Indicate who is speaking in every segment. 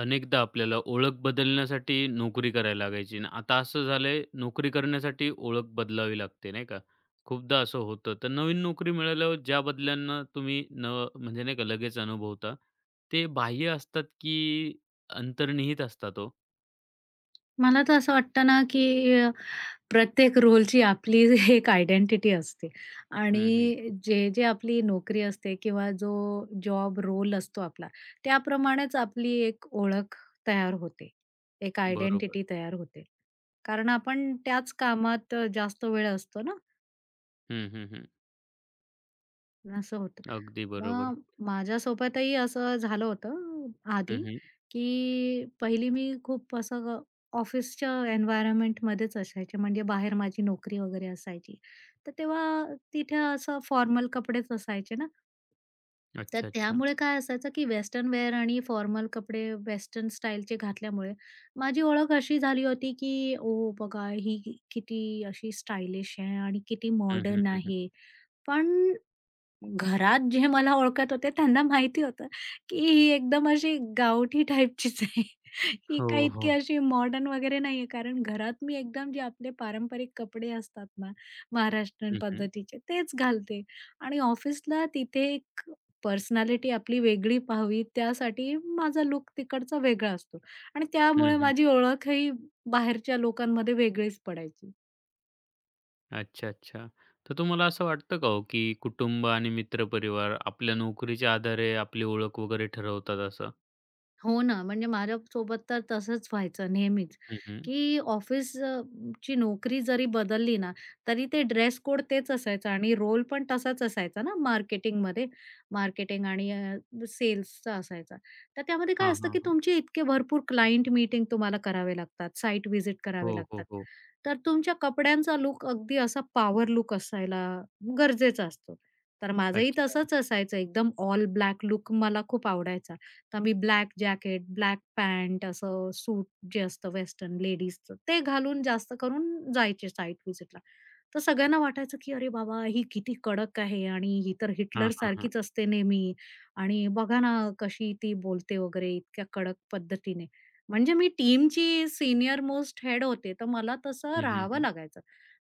Speaker 1: अनेकदा आपल्याला ओळख बदलण्यासाठी नोकरी करायला लागायची आणि आता असं झालंय नोकरी करण्यासाठी ओळख बदलावी लागते नाही का? खूपदा असं होतं. तर नवीन नोकरी मिळाल्यावर ज्या बदल्यांना तुम्ही म्हणजे नाही का लगेच अनुभवता, ते बाह्य असतात की अंतर्निहित असतात हो?
Speaker 2: मला तर असं वाटतं ना, की प्रत्येक रोलची आपली एक आयडेंटिटी असते
Speaker 1: हं, हं.
Speaker 2: आणि जे-जे आपली नोकरी असते किंवा जो जॉब रोल असतो आपला, त्याप्रमाणेच आपली एक ओळख तयार होते. एक
Speaker 1: बरोबर.
Speaker 2: आयडेंटिटी तयार होते. कारण आपण त्याच कामात जास्त वेळ असतो ना,
Speaker 1: हं, हं, हं.
Speaker 2: असं होतं.
Speaker 1: अगदी बरोबर.
Speaker 2: मग माझ्यासोबतही असं झालं होतं
Speaker 1: हं,
Speaker 2: आधी,
Speaker 1: हं.
Speaker 2: की पहिली मी खूप असं ऑफिसच्या एन्व्हायर्नमेंटमध्येच असायचे, म्हणजे बाहेर माझी नोकरी वगैरे असायची. तर तेव्हा तिथे असं फॉर्मल कपडेच असायचे ना, तर
Speaker 1: अच्छा, अच्छा.
Speaker 2: त्यामुळे काय असायचं, की वेस्टर्न वेअर आणि फॉर्मल कपडे वेस्टर्न स्टाईलचे घातल्यामुळे माझी ओळख अशी झाली होती, की "ओ बघा, ही किती अशी स्टायलिश आहे आणि किती
Speaker 1: हं, हं,
Speaker 2: मॉडर्न
Speaker 1: हं, हं.
Speaker 2: आहे." पण घरात जे मला ओळखत होते त्यांना माहिती होतं, की ही एकदम अशी गावठी टाइपचीच आहे. ही
Speaker 1: हो,
Speaker 2: काही इतकी
Speaker 1: हो.
Speaker 2: अशी मॉडर्न वगैरे नाहीये. कारण घरात मी एकदम जे आपले पारंपरिक कपडे असतात ना, महाराष्ट्रीयन
Speaker 1: हं, हं.
Speaker 2: पद्धतीचे तेच घालते आणि ऑफिसला तिथे एक पर्सनॅलिटी आपली वेगळी पाहावी त्यासाठी माझा लूक तिकडचा वेगळा असतो आणि
Speaker 1: हं,
Speaker 2: त्यामुळे
Speaker 1: हं.
Speaker 2: माझी ओळखही बाहेरच्या लोकांमध्ये वेगळीच पडायची.
Speaker 1: अच्छा, अच्छा. तर तुम्हाला असं वाटतं का हो, की कुटुंब आणि मित्रपरिवार आपल्या नोकरीच्या आधारे आपली ओळख वगैरे ठरवतात असं?
Speaker 2: हो ना, म्हणजे माझ्यासोबत तर तसंच व्हायचं नेहमीच,
Speaker 1: हं, हं.
Speaker 2: की ची नोकरी जरी बदलली ना, तरी ते ड्रेस कोड तेच असायचा आणि रोल पण तसाच असायचा ना मार्केटिंगमध्ये. मार्केटिंग आणि सेल्सचा असायचा. तर त्यामध्ये काय
Speaker 1: हां,
Speaker 2: असतं,
Speaker 1: हां,
Speaker 2: की
Speaker 1: हां.
Speaker 2: तुमचे इतके भरपूर क्लायंट मीटिंग तुम्हाला करावे लागतात, साइट व्हिजिट करावे
Speaker 1: हो, हो,
Speaker 2: लागतात.
Speaker 1: हो.
Speaker 2: तर तुमच्या कपड्यांचा लूक अगदी असा पॉवर लूक असायला गरजेचा असतो. तर माझंही
Speaker 1: अच्छा.
Speaker 2: तसंच असायचं एकदम ऑल ब्लॅक लूक मला खूप आवडायचा. तर आम्ही ब्लॅक जॅकेट, ब्लॅक पॅन्ट असं सूट जे असतं वेस्टर्न लेडीजचं, ते घालून जास्त करून जायचे साईट व्हिजिटला. तर सगळ्यांना वाटायचं, की "अरे बाबा, ही किती कडक आहे आणि ही तर हिटलर
Speaker 1: हां, हां, हां.
Speaker 2: हिटलरसारखीच असते नेहमी आणि बघा ना कशी ती बोलते वगैरे इतक्या कडक पद्धतीने." म्हणजे मी टीमची सीनियर मोस्ट हेड होते, तर मला तसं
Speaker 1: हं, हं,
Speaker 2: राहावं
Speaker 1: हं.
Speaker 2: लागायचं.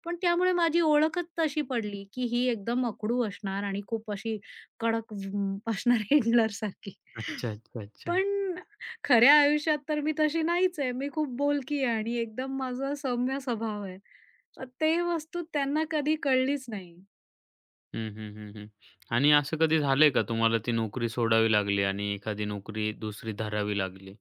Speaker 2: पण त्यामुळे माझी ओळखच तशी पडली, की ही एकदम अकडू असणार आणि खूप अशी कडक असणार हिटलरसारखी.
Speaker 1: अच्छा, अच्छा, अच्छा.
Speaker 2: पण खऱ्या आयुष्यात तर मी तशी नाहीच आहे. मी खूप बोलकी आहे आणि एकदम माझा सौम्य स्वभाव आहे. तर ते वस्तू त्यांना कधी कळलीच नाही.
Speaker 1: हं, हं, हं, हं. आणि असं कधी झालंय का तुम्हाला ती नोकरी सोडावी लागली आणि एखादी नोकरी दुसरी धरावी लागली?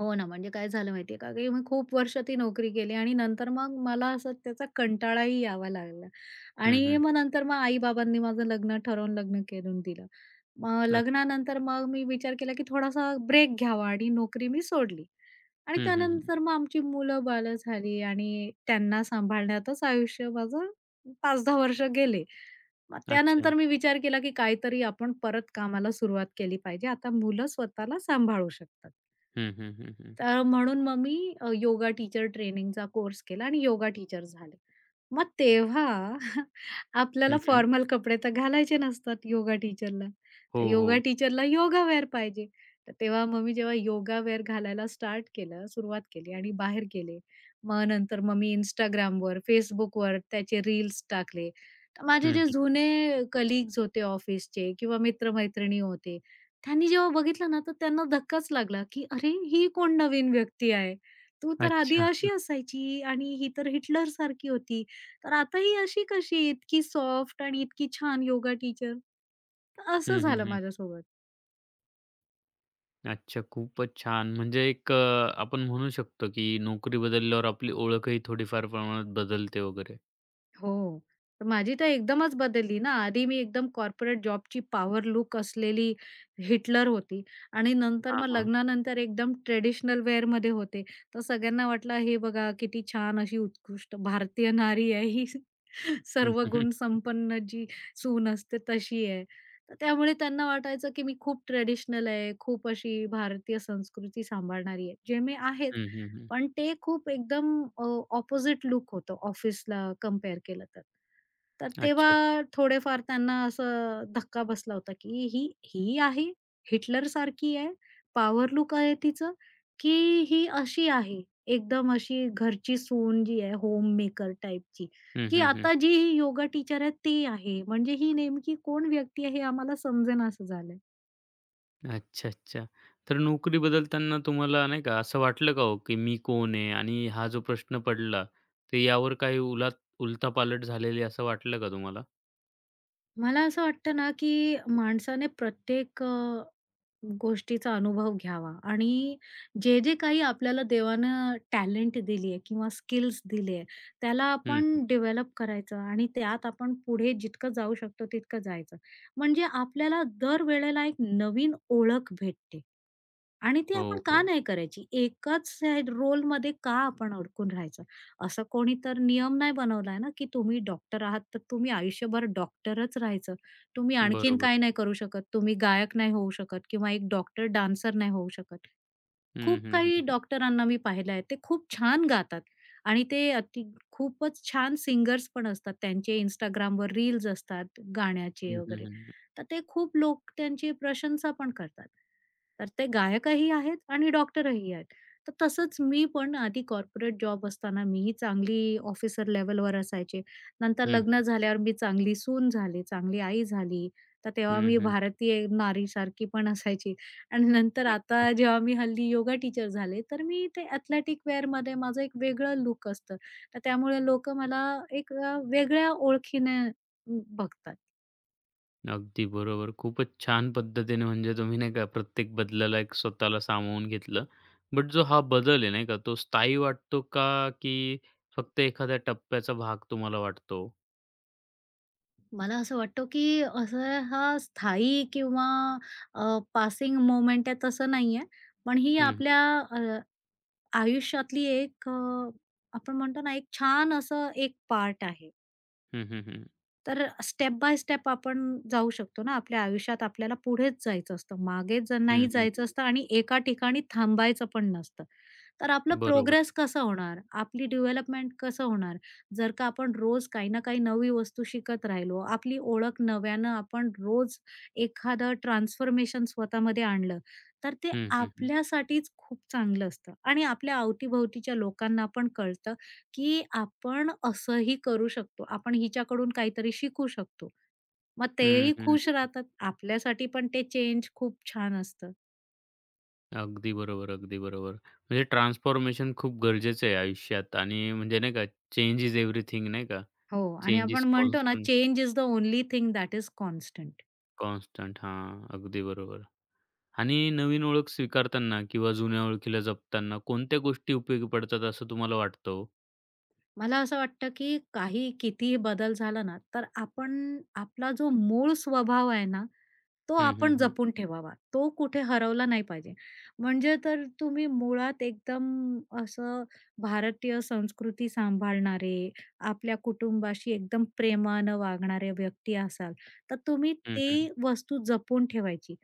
Speaker 2: हो ना, म्हणजे काय झालं माहितीये का, की मी खूप वर्ष ती नोकरी केली आणि नंतर मग मला असं त्याचा कंटाळाही यावा लागला
Speaker 1: हं,
Speaker 2: आणि
Speaker 1: हं,
Speaker 2: मग
Speaker 1: हं.
Speaker 2: नंतर मग आई-बाबांनी माझं लग्न ठरवून लग्न करून दिलं. मग
Speaker 1: अच्छा.
Speaker 2: लग्नानंतर मग मी विचार केला, की थोडासा ब्रेक घ्यावा आणि नोकरी मी सोडली आणि
Speaker 1: हं, हं, हं.
Speaker 2: त्यानंतर मग आमची मुलं-बाळं झाली आणि त्यांना सांभाळण्यातच आयुष्य माझं 5-10 वर्ष गेले. मग
Speaker 1: अच्छा.
Speaker 2: त्यानंतर मी विचार केला, की काहीतरी आपण परत कामाला सुरुवात केली पाहिजे. आता मुलं स्वतःला सांभाळू शकतात.
Speaker 1: हं, हं, हं, हं.
Speaker 2: तर म्हणून मग मी योगा टीचर ट्रेनिंगचा कोर्स केला आणि योगा टीचर झाले. मग तेव्हा
Speaker 1: हं,
Speaker 2: आपल्याला
Speaker 1: हं.
Speaker 2: फॉर्मल कपडे तर घालायचे नसतात योगा टीचरला.
Speaker 1: हो,
Speaker 2: तर योगा
Speaker 1: हो.
Speaker 2: टीचरला योगा वेअर पाहिजे. तर तेव्हा मग मी जेव्हा योगा वेअर घालायला स्टार्ट केलं, सुरुवात केली आणि बाहेर गेले. मग नंतर मग मी Instagramवर, Facebookवर त्याचे रील्स टाकले. तर माझे
Speaker 1: हं,
Speaker 2: जे
Speaker 1: हं.
Speaker 2: जुने कलीग्स होते ऑफिसचे किंवा मित्र होते त्यांनी जेव्हा बघितलं ना, तर त्यांना धक्काच लागला, की "अरे, ही कोण नवीन व्यक्ती आहे? तू तर आधी
Speaker 1: अच्छा.
Speaker 2: अशी असायची आणि ही तर हिटलरसारखी होती, तर आता ही अशी कशी? इतकी सॉफ्ट आणि इतकी छान योगा टीचर." तर असं
Speaker 1: हं, हं,
Speaker 2: झालं
Speaker 1: हं.
Speaker 2: माझ्यासोबत.
Speaker 1: अच्छा, खूपच छान. म्हणजे आपण म्हणू शकतो, की नोकरी बदलल्यावर आपली ओळखही थोडीफार प्रमाणात बदलते वगैरे.
Speaker 2: हो. तर माझी तर एकदमच बदलली ना. आधी मी एकदम कॉर्पोरेट जॉबची पॉवर लुक असलेली हिटलर होती आणि नंतर
Speaker 1: हां,
Speaker 2: मग
Speaker 1: हां.
Speaker 2: लग्नानंतर एकदम ट्रेडिशनल वेअरमध्ये होते. तर सगळ्यांना वाटलं, "हे बघा किती छान अशी उत्कृष्ट भारतीय नारी आहे ही.
Speaker 1: हं,
Speaker 2: सर्व
Speaker 1: हं, हं.
Speaker 2: गुण संपन्न जी सून असते तशी आहे." तर त्यामुळे त्यांना वाटायचं की मी खूप ट्रेडिशनल आहे, खूप अशी भारतीय संस्कृती सांभाळणारी आहे. जे मी आहेच.
Speaker 1: हं, हं, हं.
Speaker 2: पण ते खूप एकदम अ, ऑपोझिट लूक होतं ऑफिसला कंपेअर केलं तर. तर
Speaker 1: अच्छा.
Speaker 2: तेव्हा थोडेफार त्यांना असं धक्का बसला होता, की ही ही आहे, हिटलरसारखी आहे, पॉवर लुक आहे तिचं, की ही अशी आहे, एकदम अशी घरची सून जी आहे होममेकर टाईपची,
Speaker 1: हं,
Speaker 2: की
Speaker 1: हं, हं.
Speaker 2: आता जी ही योगा टीचर आहे ती आहे. म्हणजे ही नेमकी कोण व्यक्ती आहे हे आम्हाला समजेनासं झालंय.
Speaker 1: अच्छा, अच्छा. तर नोकरी बदलताना तुम्हाला नाही का असं वाटलं का हो, की मी कोण आहे? आणि हा जो प्रश्न पडला, तर यावर काही उलात उलथापालट झालेली असं वाटलं का तुम्हाला?
Speaker 2: मला असं वाटतं ना, की माणसाने प्रत्येक गोष्टीचा अनुभव घ्यावा आणि जे जे काही आपल्याला देवानं टॅलेंट दिली आहे किंवा स्किल्स दिले आहे, त्याला
Speaker 1: हं, हं.
Speaker 2: आपण डेव्हलप करायचं आणि त्यात आपण पुढे जितकं जाऊ शकतो तितकं जायचं. म्हणजे आपल्याला दर वेळेला एक नवीन ओळख भेटते आणि ती
Speaker 1: हो,
Speaker 2: आपण का
Speaker 1: हो.
Speaker 2: नाही करायची? एकाच रोलमध्ये का आपण अडकून राहायचं? असं कोणी तर नियम नाही बनवलाय ना, की तुम्ही डॉक्टर आहात, तर तुम्ही आयुष्यभर डॉक्टरच राहायचं. तुम्ही आणखीन
Speaker 1: बरोबर.
Speaker 2: काय नाही करू शकत. तुम्ही गायक नाही होऊ शकत किंवा एक डॉक्टर, डान्सर नाही होऊ शकत.
Speaker 1: हं,
Speaker 2: खूप
Speaker 1: हं, हं,
Speaker 2: काही
Speaker 1: हं.
Speaker 2: डॉक्टरांना मी पाहिलं आहे, ते खूप छान गातात आणि ते खूपच छान सिंगर्स पण असतात. त्यांचे Instagramवर रील्स असतात
Speaker 1: हं,
Speaker 2: गाण्याचे
Speaker 1: हं,
Speaker 2: वगैरे.
Speaker 1: हं, हं.
Speaker 2: तर ते खूप लोक त्यांची प्रशंसा पण करतात. तर ते गायकही आहेत आणि डॉक्टरही आहेत. तर तसंच मी पण आधी कॉर्पोरेट जॉब असताना मीही चांगली ऑफिसर लेव्हलवर असायचे. नंतर
Speaker 1: हं, हं.
Speaker 2: लग्न झाल्यावर मी चांगली सून झाली, चांगली आई झाली. तर तेव्हा
Speaker 1: हं,
Speaker 2: मी
Speaker 1: हं.
Speaker 2: भारतीय नारीसारखी पण असायची. आणि नंतर
Speaker 1: अच्छा.
Speaker 2: आता जेव्हा मी हल्ली योगा टीचर झाले, तर मी ते एथलेटिक वेअरमध्ये माझं एक वेगळं लुक असतं. तर त्यामुळे लोक मला वेगळ्या ओळखीने बघतात.
Speaker 1: अगदी बरोबर. खूपच छान पद्धतीने म्हणजे तुम्ही नाही का प्रत्येक बदलाला एक स्वतःला सामावून घेतलं. बट जो हा बदल आहे नाही का तो स्थायी वाटतो का, की फक्त एखाद्या टप्प्याचा भाग तुम्हाला वाटतो?
Speaker 2: मला असं वाटतं, की असं हा स्थायी किंवा पासिंग मोमेंट आहे तसं नाहीये. पण ही
Speaker 1: हं, हं.
Speaker 2: आपल्या अ, आयुष्यातली आपण म्हणतो ना, एक छान असं एक पार्ट आहे.
Speaker 1: हं, हं, हं.
Speaker 2: तर स्टेप बाय स्टेप आपण जाऊ शकतो ना आपल्या आयुष्यात आपल्याला पुढेच जायचं असतं, मागे ज
Speaker 1: हं,
Speaker 2: नाही
Speaker 1: हं, हं.
Speaker 2: जायचं असतं आणि एका ठिकाणी थांबायचं पण नसतं. तर आपलं
Speaker 1: बरोबर.
Speaker 2: प्रोग्रेस कसं होणार? आपली डेव्हलपमेंट कसं होणार? जर का आपण रोज काही ना काही नवी वस्तू शिकत राहिलो, आपली ओळख नव्यानं आपण रोज एखादं ट्रान्सफॉर्मेशन स्वतःमध्ये आणलं, तर ते
Speaker 1: हं, हं, हं.
Speaker 2: आपल्यासाठीच खूप चांगलं असतं आणि आपल्या अवतीभोवतीच्या लोकांना पण कळतं की आपण असंही करू शकतो. आपण हिच्याकडून काहीतरी शिकू शकतो. मग
Speaker 1: हं,
Speaker 2: तेही
Speaker 1: हं.
Speaker 2: खुश राहतात. आपल्यासाठी पण ते चेंज खूप छान असतं.
Speaker 1: अगदी बरोबर, अगदी बरोबर. म्हणजे ट्रान्सफॉर्मेशन खूप गरजेचं आहे आयुष्यात आणि म्हणजे नाही का चेंज इज एव्हरीथिंग नाही का?
Speaker 2: हो आणि
Speaker 1: चेंज इज
Speaker 2: आपण म्हणतो ना
Speaker 1: constant,
Speaker 2: change is the only thing that is constant.
Speaker 1: Constant. हां, अगदी बरोबर. आणि नवीन ओळख स्वीकारताना किंवा जुन्या ओळखीला जपताना कोणत्या गोष्टी उपयोगी पडतात असं तुम्हाला वाटतं हो?
Speaker 2: मला असं वाटतं, की काही कितीही बदल झाला ना, तर आपण आपला जो मूळ स्वभाव आहे ना, तो
Speaker 1: हं, हं,
Speaker 2: आपण
Speaker 1: हं.
Speaker 2: जपून ठेवावा. तो कुठे हरवला नाही पाहिजे. म्हणजे तर तुम्ही मुळात एकदम असं भारतीय संस्कृती सांभाळणारे, आपल्या कुटुंबाशी एकदम प्रेमानं वागणारे व्यक्ती असाल, तर तुम्ही
Speaker 1: हं, हं.
Speaker 2: ती वस्तू जपून ठेवायची.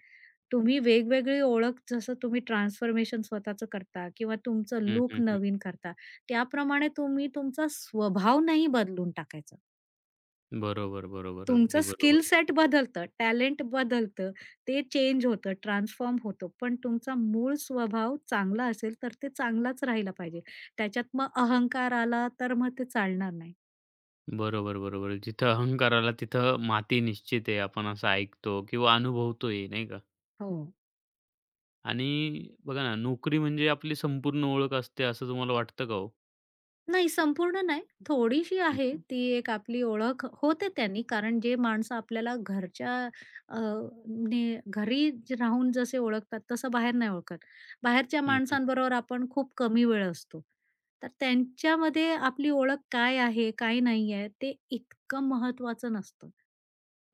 Speaker 2: तुम्ही वेगवेगळी ओळख जसं तुम्ही ट्रान्सफॉर्मेशन स्वतःचं करता किंवा तुमचं
Speaker 1: हं, हं,
Speaker 2: लूक
Speaker 1: हं.
Speaker 2: नवीन करता. त्याप्रमाणे तुम्ही तुमचा स्वभाव नाही बदलून टाकायचा.
Speaker 1: बरोबर, बरोबर.
Speaker 2: तुमचं
Speaker 1: अगदी
Speaker 2: स्किल
Speaker 1: बरोबर.
Speaker 2: सेट बदलतं, टॅलेंट बदलतं, ते चेंज होतं, ट्रान्सफॉर्म होतं. पण तुमचा मूळ स्वभाव चांगला असेल, तर ते चांगलाच राहिला पाहिजे. त्याच्यात मग अहंकार आला, तर मग ते चालणार नाही.
Speaker 1: बरोबर, बरोबर. जिथं अहंकाराला तिथं माती निश्चित आहे. आपण असं ऐकतो किंवा अनुभवतोय, नाही का?
Speaker 2: हो.
Speaker 1: आणि बघा ना, नोकरी म्हणजे आपली संपूर्ण ओळख असते असं तुम्हाला वाटतं का हो?
Speaker 2: नाही, संपूर्ण नाही. थोडीशी
Speaker 1: हं,
Speaker 2: आहे
Speaker 1: हं.
Speaker 2: ती एक आपली ओळख होते त्यांनी. कारण जे माणसं आपल्याला घरच्या अ, ने राहून जसे ओळखतात तसं बाहेर नाही ओळखत. बाहेरच्या
Speaker 1: हं, हं.
Speaker 2: माणसांबरोबर आपण खूप कमी वेळ असतो. तर त्यांच्यामध्ये आपली ओळख काय आहे, काय नाही आहे ते इतकं महत्त्वाचं नसतं.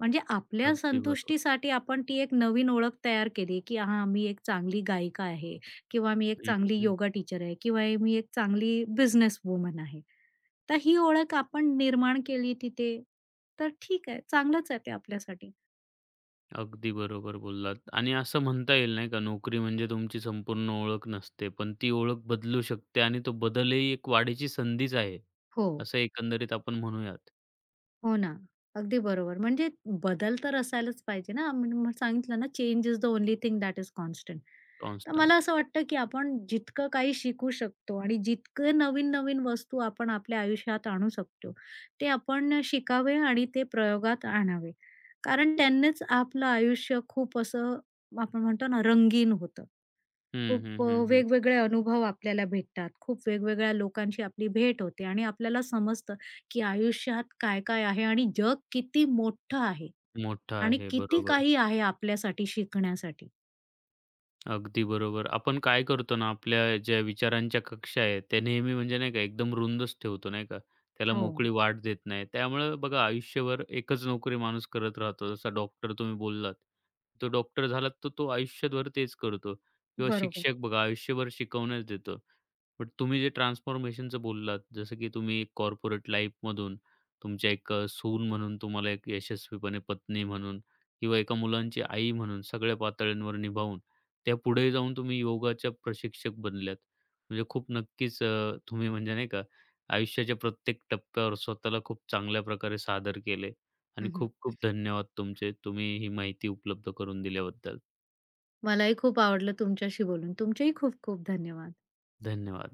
Speaker 2: म्हणजे आपल्या
Speaker 1: अगदी बरोबर.
Speaker 2: संतुष्टीसाठी आपण ती एक नवीन ओळख तयार केली, की हां, मी एक चांगली गायिका आहे किंवा मी एक
Speaker 1: हं, हं,
Speaker 2: चांगली
Speaker 1: हं.
Speaker 2: योगा टीचर आहे किंवा हे मी एक चांगली बिझनेस वुमन आहे. तर ही ओळख आपण निर्माण केली तिथे, तर ठीक आहे, चांगलंच आहे ते आपल्यासाठी.
Speaker 1: अगदी बरोबर बोललात आणि असं म्हणता येईल नाही का, नोकरी म्हणजे तुमची संपूर्ण ओळख नसते, पण ती ओळख बदलू शकते आणि तो बदल ही एक वाढीची संधीच आहे,
Speaker 2: हो.
Speaker 1: असं एकंदरीत आपण म्हणूयात
Speaker 2: हो ना. अगदी बरोबर. म्हणजे बदल तर असायलाच पाहिजे ना. मी तुम्हाला सांगितलं ना, change is the only thing that is constant. तर मला
Speaker 1: कॉन्स्टंट.
Speaker 2: असं वाटतं, की आपण जितकं काही शिकू शकतो आणि जितके नवीन-नवीन वस्तू आपण आपल्या आयुष्यात आणू शकतो, ते आपण शिकावे आणि ते प्रयोगात आणावे. कारण त्यांनीच आपलं आयुष्य खूप असं आपण म्हणतो ना, रंगीन होतं.
Speaker 1: हं,
Speaker 2: खूप
Speaker 1: हं,
Speaker 2: अ,
Speaker 1: हं, हं.
Speaker 2: वेगवेगळे अनुभव आपल्याला भेटतात. खूप वेगवेगळ्या लोकांशी आपली भेट होते आणि आपल्याला समजतं, की आयुष्यात काय-काय आहे आणि जग किती मोठं आहे
Speaker 1: मोठा
Speaker 2: आणि
Speaker 1: आहे.
Speaker 2: किती
Speaker 1: बरोबर.
Speaker 2: काही आहे आपल्यासाठी शिकण्यासाठी.
Speaker 1: अगदी बरोबर. आपण काय करतो ना, आपल्या ज्या विचारांच्या कक्षा आहेत, त्या नेहमी म्हणजे नाही का एकदम रुंदच ठेवतो, नाही का? त्याला
Speaker 2: हो,
Speaker 1: मोकळी वाट देत नाही. त्यामुळं बघा आयुष्यभर एकच नोकरी माणूस करत राहतो. जसा डॉक्टर तुम्ही बोललात, तो डॉक्टर झाला तर तो आयुष्यभर तेच करतो किंवा
Speaker 2: बरोबर.
Speaker 1: शिक्षक बघा आयुष्यभर शिकवण्याच देतो. बट तुम्ही जे ट्रान्सफॉर्मेशनचं बोललात, जसं की तुम्ही एक कॉर्पोरेट लाईफमधून सून म्हणून, तुम्हाला एक यशस्वीपणे पत्नी म्हणून किंवा एका मुलांची आई म्हणून सगळ्या पातळ्यांवर निभावून त्या पुढे जाऊन तुम्ही योगाच्या प्रशिक्षक बनल्यात. म्हणजे तुम्ही म्हणजे नाही का आयुष्याच्या प्रत्येक टप्प्यावर स्वतःला खूप चांगल्या प्रकारे सादर केले आणि
Speaker 2: हं, हं.
Speaker 1: खूप खूप धन्यवाद तुमचे. तुम्ही ही माहिती उपलब्ध करून दिल्याबद्दल.
Speaker 2: मलाही खूप आवडलं तुमच्याशी बोलून. तुमचेही खूप खूप धन्यवाद.
Speaker 1: धन्यवाद.